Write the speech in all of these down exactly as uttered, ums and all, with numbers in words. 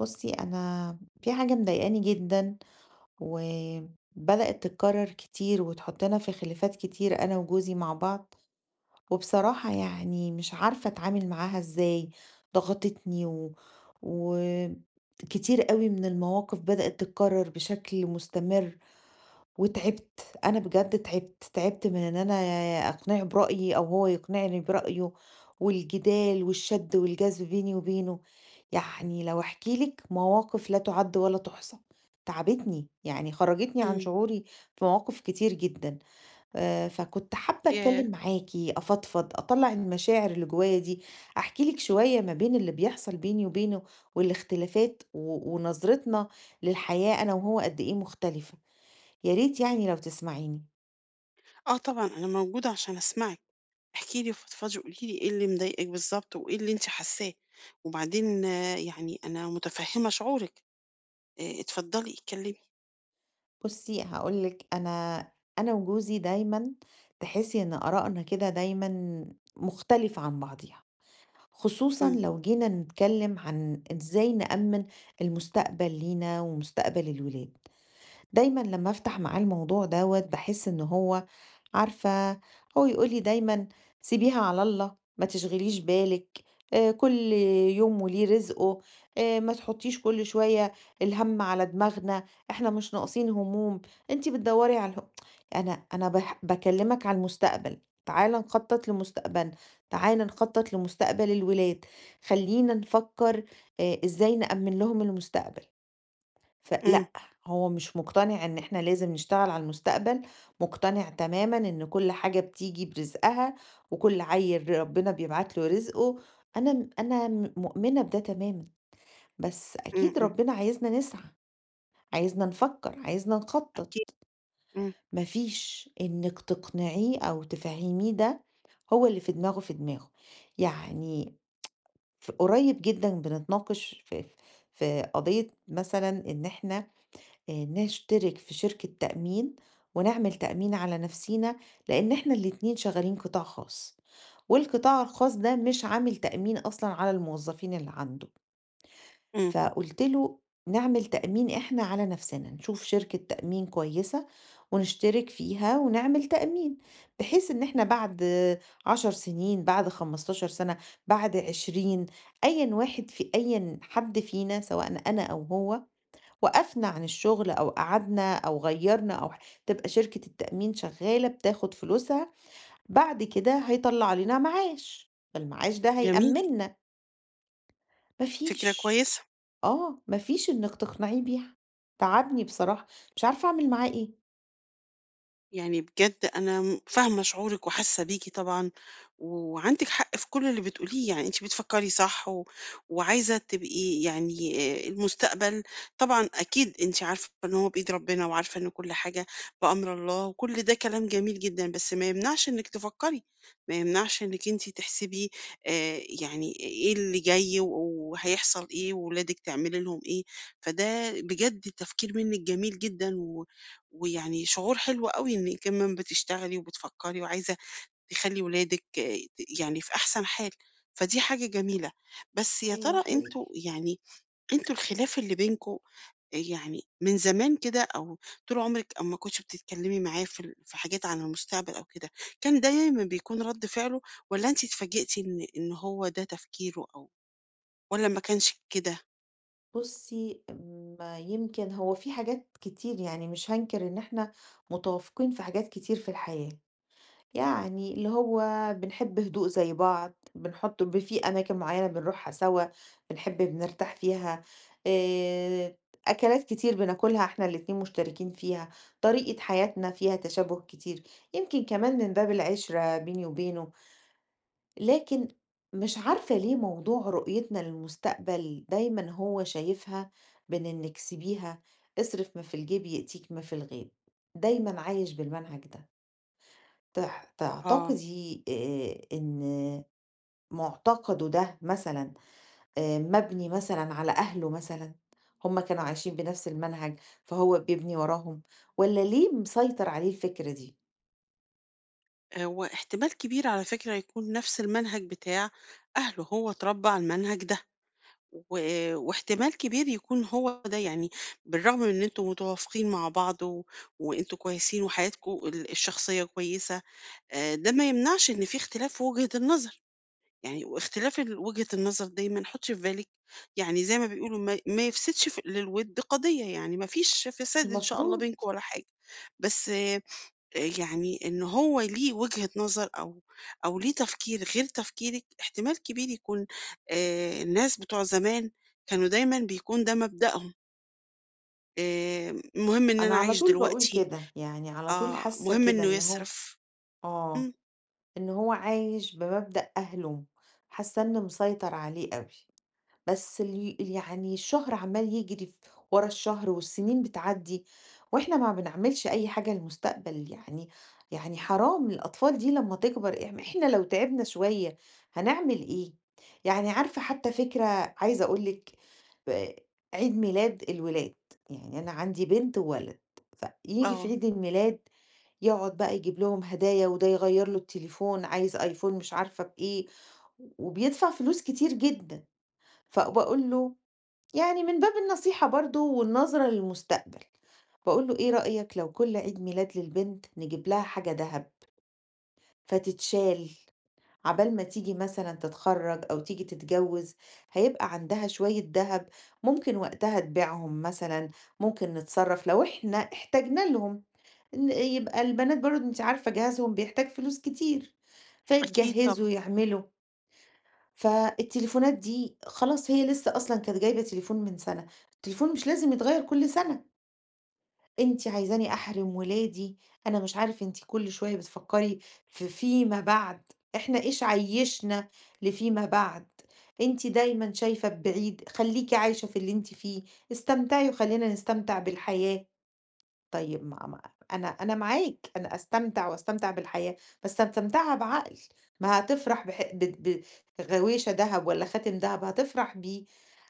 بُصّي، أنا في حاجة مضايقاني جدًا، وبدأت تتكرر كتير وتحطنا في خلافات كتير أنا وجوزي مع بعض، وبصراحة يعني مش عارفة أتعامل معاها إزاي، ضغطتني و وكتير أوي من المواقف بدأت تتكرر بشكل مستمر، وتعبت، أنا بجد تعبت، تعبت من إن أنا أقنعه برأيي أو هو يقنعني برأيه، والجدال والشد والجذب بيني وبينه، يعني لو أحكي لِك مواقف لا تُعَد ولا تُحصى، تعبتني، يعني خرّجتني عن إمم. شعوري في مواقف كتير جدًا، آآ فكنت حابة ياه! أتكلّم معاكِ، أفضفض، أطلّع المشاعر اللي جوايا دي، أحكي لِك شوية ما بين اللي بيحصل بيني وبينه والاختلافات و ونظرتنا للحياة أنا وهو قد إيه مختلفة. يا ريت يعني لو تسمعيني. آه طبعًا، أنا موجودة عشان أسمعِك، احكي لي وفضفضي وقولي لي إيه اللي مضايقِك بالضبط وإيه اللي أنتِ حاسّاه، وبعدين آه، يعني أنا متفهّمة شعورِك، آآ اتفضلي اتكلّمي. بُصّي هاقول لِك أنا أنا وجوزي دايمًا تحسّي إن آرائنا كده دايمًا مختلفة عن بعضيها، خصوصًا إمم، لو جينا نتكلّم عن إزاي نأمِّن المستقبل لينا ومستقبل الولاد. دايمًا لمّا أفتح معاه الموضوع دوّة باحس إن هو عارفة هو يقول لي دايمًا سيبيها على الله، ما تشغليش بالِك، آآ كل يوم وليه رزقه، آآ ما تحطيش كل شوية الهَم على دماغنا، إحنا مش ناقصين هموم، أنتِ بتدوّري على الهُم أنا أنا باح باكلمك على المستقبل، تعالَ نخطط لمستقبلنا، تعالَ نخطط لمستقبل الولاد، خلّينا نفكّر آآ إزاي نأمِّن لهم المستقبل. إمم، فلأ، هو مش مقتنع إن إحنا لازم نشتغل على المستقبل، مقتنع تمامًا إن كل حاجة بتيجي برزقها، وكل عيّل ربنا بيبعت له رزقه، أنا م أنا م مؤمنة بده تمامًا، بس إمم، أكيد إمم، ربنا عايزنا نسعى، عايزنا نفكّر، عايزنا نخطّط، أكيد، إمم، ما فيش إنِّك تقنعيه أو تفهّميه ده، هو اللي في دماغه في دماغه، يعني ف قريب جدًا بنتناقش في في قضية مثلًا إن إحنا آآ نشترك في شركة تأمين، ونعمل تأمين على نفسينا، لإن إحنا الاتنين شغالين قطاع خاص، والقطاع الخاص ده مش عامل تأمين أصلًا على الموظفين اللي عنده، إمم، فقُلت له نعمل تأمين إحنا على نفسنا، نشوف شركة تأمين كويسة ونشترك فيها ونعمل تأمين، بحيث إن إحنا بعد 10 سنين، بعد 15 سنة، بعد عشرين أيًا واحد في أيًا حد فينا سواء أنا أو هو وقفنا عن الشغل أو قعدنا أو غيّرنا أو ح تبقى شركة التأمين شغّالة بتاخد فلوسها، بعد كده هيطلّع لنا معاش، فالمعاش ده جميل، هيأمّننا، ما فكرة فيش، كويسة. آه، ما فيش إنِّك تقنعيه بيها، تعبني بصراحة، مش عارفة أعمل معاه إيه. يعني بجد أنا م- فاهمة شعورك وحاسة بيكي طبعا، وعندك حق في كل اللي بتقوليه، يعني انت بتفكري صح، و... وعايزة تبقي يعني آه، المستقبل طبعا أكيد انت عارفة إن هو بإيد ربنا، وعارفة إن كل حاجة بأمر الله، وكل ده كلام جميل جدا، بس ما يمنعش إنك تفكري، ما يمنعش إنك انت تحسبي آه، يعني إيه اللي جاي و- وهيحصل إيه، وولادك تعملي لهم إيه. فده بجد تفكير منك جميل جدا، ويعني شعور حلو أوي إنِّك كمان بتشتغلي وبتفكّري وعايزة تخلّي ولادِك آآ ت يعني في أحسن حال، فدي حاجة جميلة. بس يا أيوه ترى حقيقي. أنتم يعني أنتم الخلاف اللي بينكم يعني من زمان كده، أو طول عمرِك أمّا كنتِ بتتكلّمي معاه في ال في حاجات عن المستقبل أو كده، كان دايمًا بيكون رَد فعله، والّا أنتِ اتفاجئتِ إن إن هو ده تفكيره، أو والّا ما كانش كده؟ بُصّي، ما يمكن هو في حاجات كتير يعني مش هانكر إن إحنا متوافقين في حاجات كتير في الحياة. يعني اللي هو بنحب هدوء زي بعض بنحط ب- في أماكن معينة بنروحها سوا بنحب بنرتاح فيها آه، أكلات كتير بناكلها احنا الاتنين مشتركين فيها طريقة حياتنا فيها تشابه كتير يمكن كمان من باب العشرة بيني وبينه لكن مش عارفة ليه موضوع رؤيتنا للمستقبل دايما هو شايفها بين إنك سيبيها اصرف ما في الجيب يأتيك ما في الغيب دايما عايش بالمنهج ده تح آه. تعتقدي آآ إن مُعتقده ده مثلًا آآ مبني مثلًا على أهله مثلًا، هُم كانوا عايشين بنفس المنهج فهو بيبني وراهم، والّا ليه مسيطر عليه الفكرة دي؟ هو احتمال كبير على فكرة يكون نفس المنهج بتاع أهله، هو اتربّى على المنهج ده. و- واحتمال كبير يكون هو ده، يعني بالرغم من ان انتوا متوافقين مع بعض، و... وانتوا كويسين وحياتكم ال- الشخصية كويسة. آه، ده ما يمنعش ان في اختلاف في وجهة النظر، يعني واختلاف ال- وجهة النظر دايما حطش في بالك، يعني زي ما بيقولوا ما, ما يفسدش في- للود قضية، يعني ما فيش فساد ان شاء الله المفروض بينكم ولا حاجة، بس يعني إن هو ليه وجهة نظر، أو أو ليه تفكير غير تفكيرِك، احتمال كبير يكون آآ الناس بتوع زمان كانوا دايمًا بيكون ده مبدأهم، آآ المهم إن أنا أنا على أعيش طول باقول دلوقتي، كده، يعني على طول آه، حاسة مهم كده إنه إن هو يصرف. آه، إمم، إن هو عايش بمبدأ أهله، حاسة إن مسيطر عليه أوي. بس ال يعني الشهر عمّال يجري ف ورا الشهر والسنين بتعدّي، وإحنا ما بنعملش أي حاجة للمستقبل يعني يعني حرام الأطفال دي لمّا تكبر إم إحنا لو تعبنا شوية هنعمل إيه؟ يعني عارفة حتى فكرة عايزة أقول لِك آآ عيد ميلاد الولاد، يعني أنا عندي بنت وولد، فييجي في آه، عيد الميلاد يقعد بقى يجيب لهم هدايا وده يغيّر له التليفون عايز أيفون مش عارفة بإيه، وبيدفع فلوس كتير جدًا. فباقول له يعني من باب النصيحة برضه والنظرة للمستقبل، باقول له: "إيه رأيك لو كل عيد ميلاد للبنت نجيب لها حاجة دهب، فتتشال عقبال ما تيجي مثلًا تتخرّج أو تيجي تتجوّز، هيبقى عندها شوية دهب ممكن وقتها تبيعهم مثلًا، ممكن نتصرّف لو إحنا احتاجنا لهم." ن يبقى البنات برضه أنتِ عارفة جهازهم بيحتاج فلوس كتير، أكيد طبعًا، فيتجهّزوا، يعملوا. فالتليفونات دي خلاص هي لسه أصلًا كانت جايبة تليفون من سَنة، التليفون مش لازم يتغيّر كل سَنة، أنتِ عايزاني أحرِم ولادي، أنا مش عارف أنتِ كل شوية بتفكّري في فيما بعد، إحنا إيش عيّشنا لفيما بعد، أنتِ دايمًا شايفة ببعيد، خلّيكِ عايشة في اللي أنتِ فيه، استمتعي وخلّينا نستمتع بالحياة. طيب ما ما أنا أنا معاك، أنا أستمتع وأستمتع بالحياة، بس أستمتعها بعقل، ما هتفرح بح ب ب- بغويشة دهب والّا خاتم دهب، هتفرح بيه،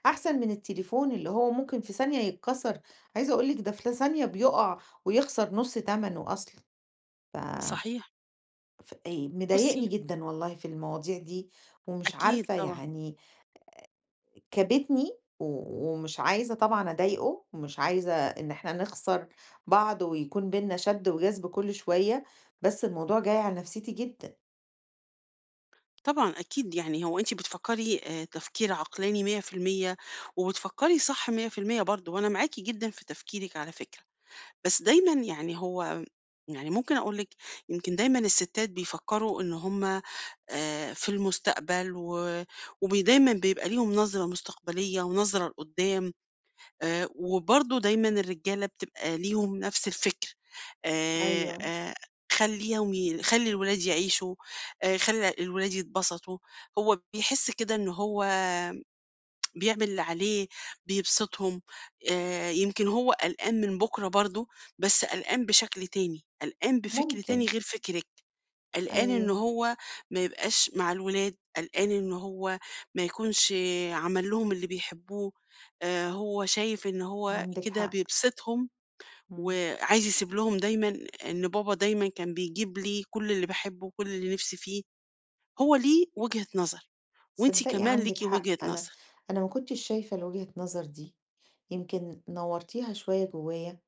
أحسن من التليفون اللي هو ممكن في ثانية يتكسر، عايزة أقول لِك ده في ثانية بيُقع ويخسر نُص تمنه أصلًا، ف صحيح. ف آآ بُصّي، مضايقني جدًا والله في المواضيع دي، ومش أكيد عارفة طبعًا، يعني كابتني و ومش عايزة طبعًا أضايقه، ومش عايزة إن إحنا نخسر بعض ويكون بيننا شد وجذب كل شوية، بس الموضوع جاي على نفسيتي جدًا. طبعًا أكيد، يعني هو أنتِ بتفكّري آآ تفكير عقلاني مية في المية، وبتفكّري صح مية في المية برضه، وأنا معاكِ جدًا في تفكيرِك على فكرة. بس دايمًا يعني هو، يعني ممكن أقول لِك، يمكن دايمًا الستات بيفكّروا إن هُم آآ في المستقبل، و وبي دايمًا بيبقى ليهم نظرة مستقبلية ونظرة لقدّام، آآ وبرضه دايمًا الرجالة بتبقى ليهم نفس الفكر. آآ أيوه، آآ خلّيهم ي خلّي الولاد يعيشوا، آآ خلّي الولاد يتبسطوا، هو بيحس كده إن هو بيعمل اللي عليه، بيبسطهم، آآ يمكن هو قلقان من بُكرة برضه، بس قلقان بشكل تاني، قلقان بفكر تاني ممكن، غير فكرِك، قلقان إن أيوه، هو ما يبقاش مع الولاد، قلقان إن هو ما يكونش عمل لهم اللي بيحبوه، آآ هو شايف إن هو عندِك كده حق، بيبسطهم، إمم. وعايز يسيب لهم دايمًا إن بابا دايمًا كان بيجيب لي كل اللي باحبه وكل اللي نِفْسي فيه، هو ليه وجهة نظر، وأنتِ تصدقي كمان ليكِ عندِك حق، وجهة أنا نظر، أنا ما كنتش شايفة لوجهة نظر دي، يمكن نوّرتيها شوية جوايا.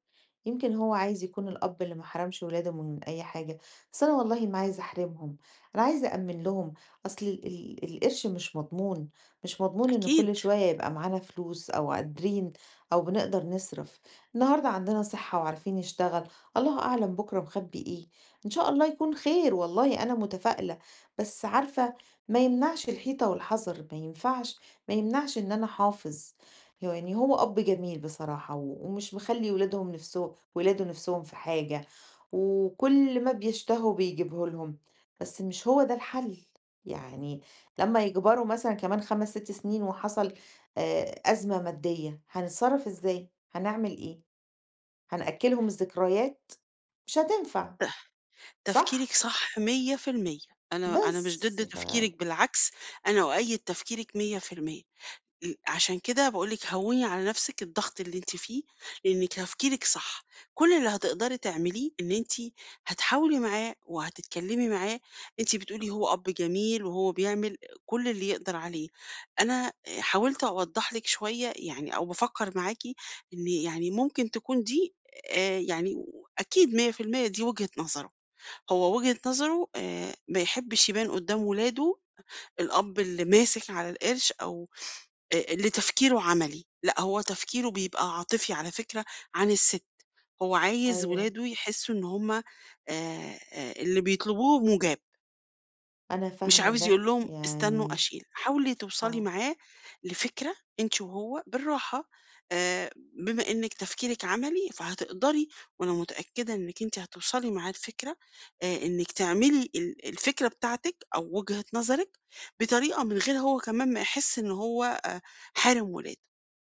يمكن هو عايز يكون الأب اللي ما حرمش ولاده من أي حاجة، بس أنا والله ما عايزة أحرمهم، أنا عايزة أأمِّن لهم، أصل ال ال القرش مش مضمون، مش مضمون إن أكيد. كل شوية يبقى معانا فلوس أو قادرين أو بنقدر نصرف، النهاردة عندنا صحة وعارفين نشتغل، الله أعلم بكرة مخبي إيه، إن شاء الله يكون خير والله أنا متفائلة، بس عارفة ما يمنعش الحيطة والحذر، ما ينفعش ما يمنعش إن أنا أحافظ. يعني هو أب جميل بصراحة و- ومش مخلي ولادهم نفسه ولاده نفسهم في حاجة وكل ما بيشتهوا بيجيبه لهم بس مش هو ده الحل يعني لما يكبروا مثلا كمان خمس ست سنين وحصل آه، أزمة مادية هنتصرف ازاي؟ هنعمل ايه؟ هنأكلهم الذكريات؟ مش هتنفع تفكيرِك صح؟ صح مية في المية، أنا أنا مش بس ضد ف... تفكيرِك بالعكس، أنا أؤيد تفكيرِك مية في المية، ال عشان كده باقول لِك هوّني على نفسِك الضغط اللي أنتِ فيه، لإن تفكيرِك صح، كل اللي هتقدري تعمليه إن أنتِ هتحاولي معاه وهتتكلمي معاه، أنتِ بتقولي هو أب جميل وهو بيعمل كل اللي يقدر عليه، أنا حاولت أوضّح لِك شوية، يعني أو بافكّر معاكِ إن يعني ممكن تكون دي آآ يعني أكيد مية في المية دي وجهة نظره. هو وجهة نظره آآ ما يحبّش يبان قدّام ولاده الأب اللي ماسك على القرش، أو آآ اللي تفكيره عملي، لأ هو تفكيره بيبقى عاطفي على فكرة عن الست، هو عايز أيوه ولاده يحسّوا إن هُم آآ آآ اللي بيطلبوه مُجاب. أنا مش فاهمة عاوز يقول ده لهم استنوا يعني أشيل، حاولي توصلي اه معاه لفكرة أنتِ وهو بالراحة، آآ، بما إنِّك تفكيرِك عملي فهتقدري، وأنا متأكدة إنِّك أنتِ هتوصلي معاه لفكرة، آآ، إنِّك تعملي ال الفكرة بتاعتِك أو وجهة نظرِك بطريقة من غير هو كمان ما يحس إن هو آآ، حارم ولاده،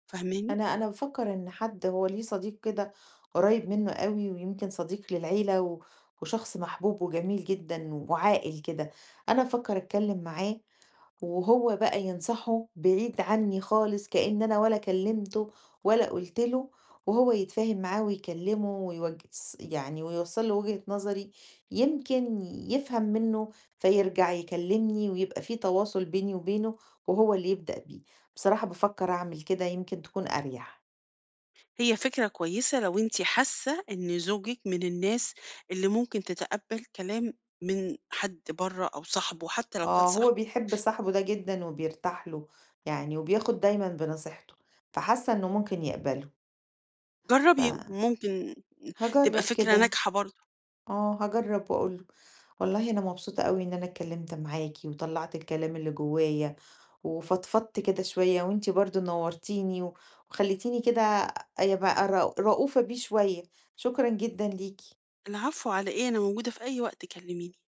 فاهماني؟ أنا أنا بافكّر إن حد هو ليه صديق كده قريّب منّه أوي ويمكن صديق للعيلة و وشخص محبوب وجميل جدًا وعاقل كده، أنا بافكّر أتكلّم معاه وهو بقى ينصحه بعيد عني خالص كأن أنا ولا كلمته ولا قُلت له، وهو يتفاهم معاه ويكلمه ويوج ص يعني ويوصّل له وجهة نظري، يمكن يفهم منّه فيرجع يكلمني ويبقى في تواصل بيني وبينه وهو اللي يبدأ بيه. بصراحة بافكّر أعمل كده يمكن تكون أريح. هي فكرة كويسة لو أنتِ حاسة إن زوجِك من الناس اللي ممكن تتقبل كلام من حد برّه أو صاحبه، حتى لو كان آه، هو صاحبه. بيحب صاحبه ده جدًا وبيرتاح له يعني وبياخد دايمًا بنصيحته، فحاسة إنه ممكن يقبله، جرّبي وممكن تبقى فهاجرّب فكرة كده. ناجحة برضه. آه، هاجرّب وأقول له، والله أنا مبسوطة أوي إن أنا اتكلّمت معاكِ وطلّعت الكلام اللي جوّايا، وفضفضت كده شوية وأنتِ برضه نوّرتيني و وخلّيتيني كده أبقى ر رؤوفة بيه شوية، شكرًا جدًا ليكِ. العفو على إيه، أنا موجودة في أي وقت كلميني.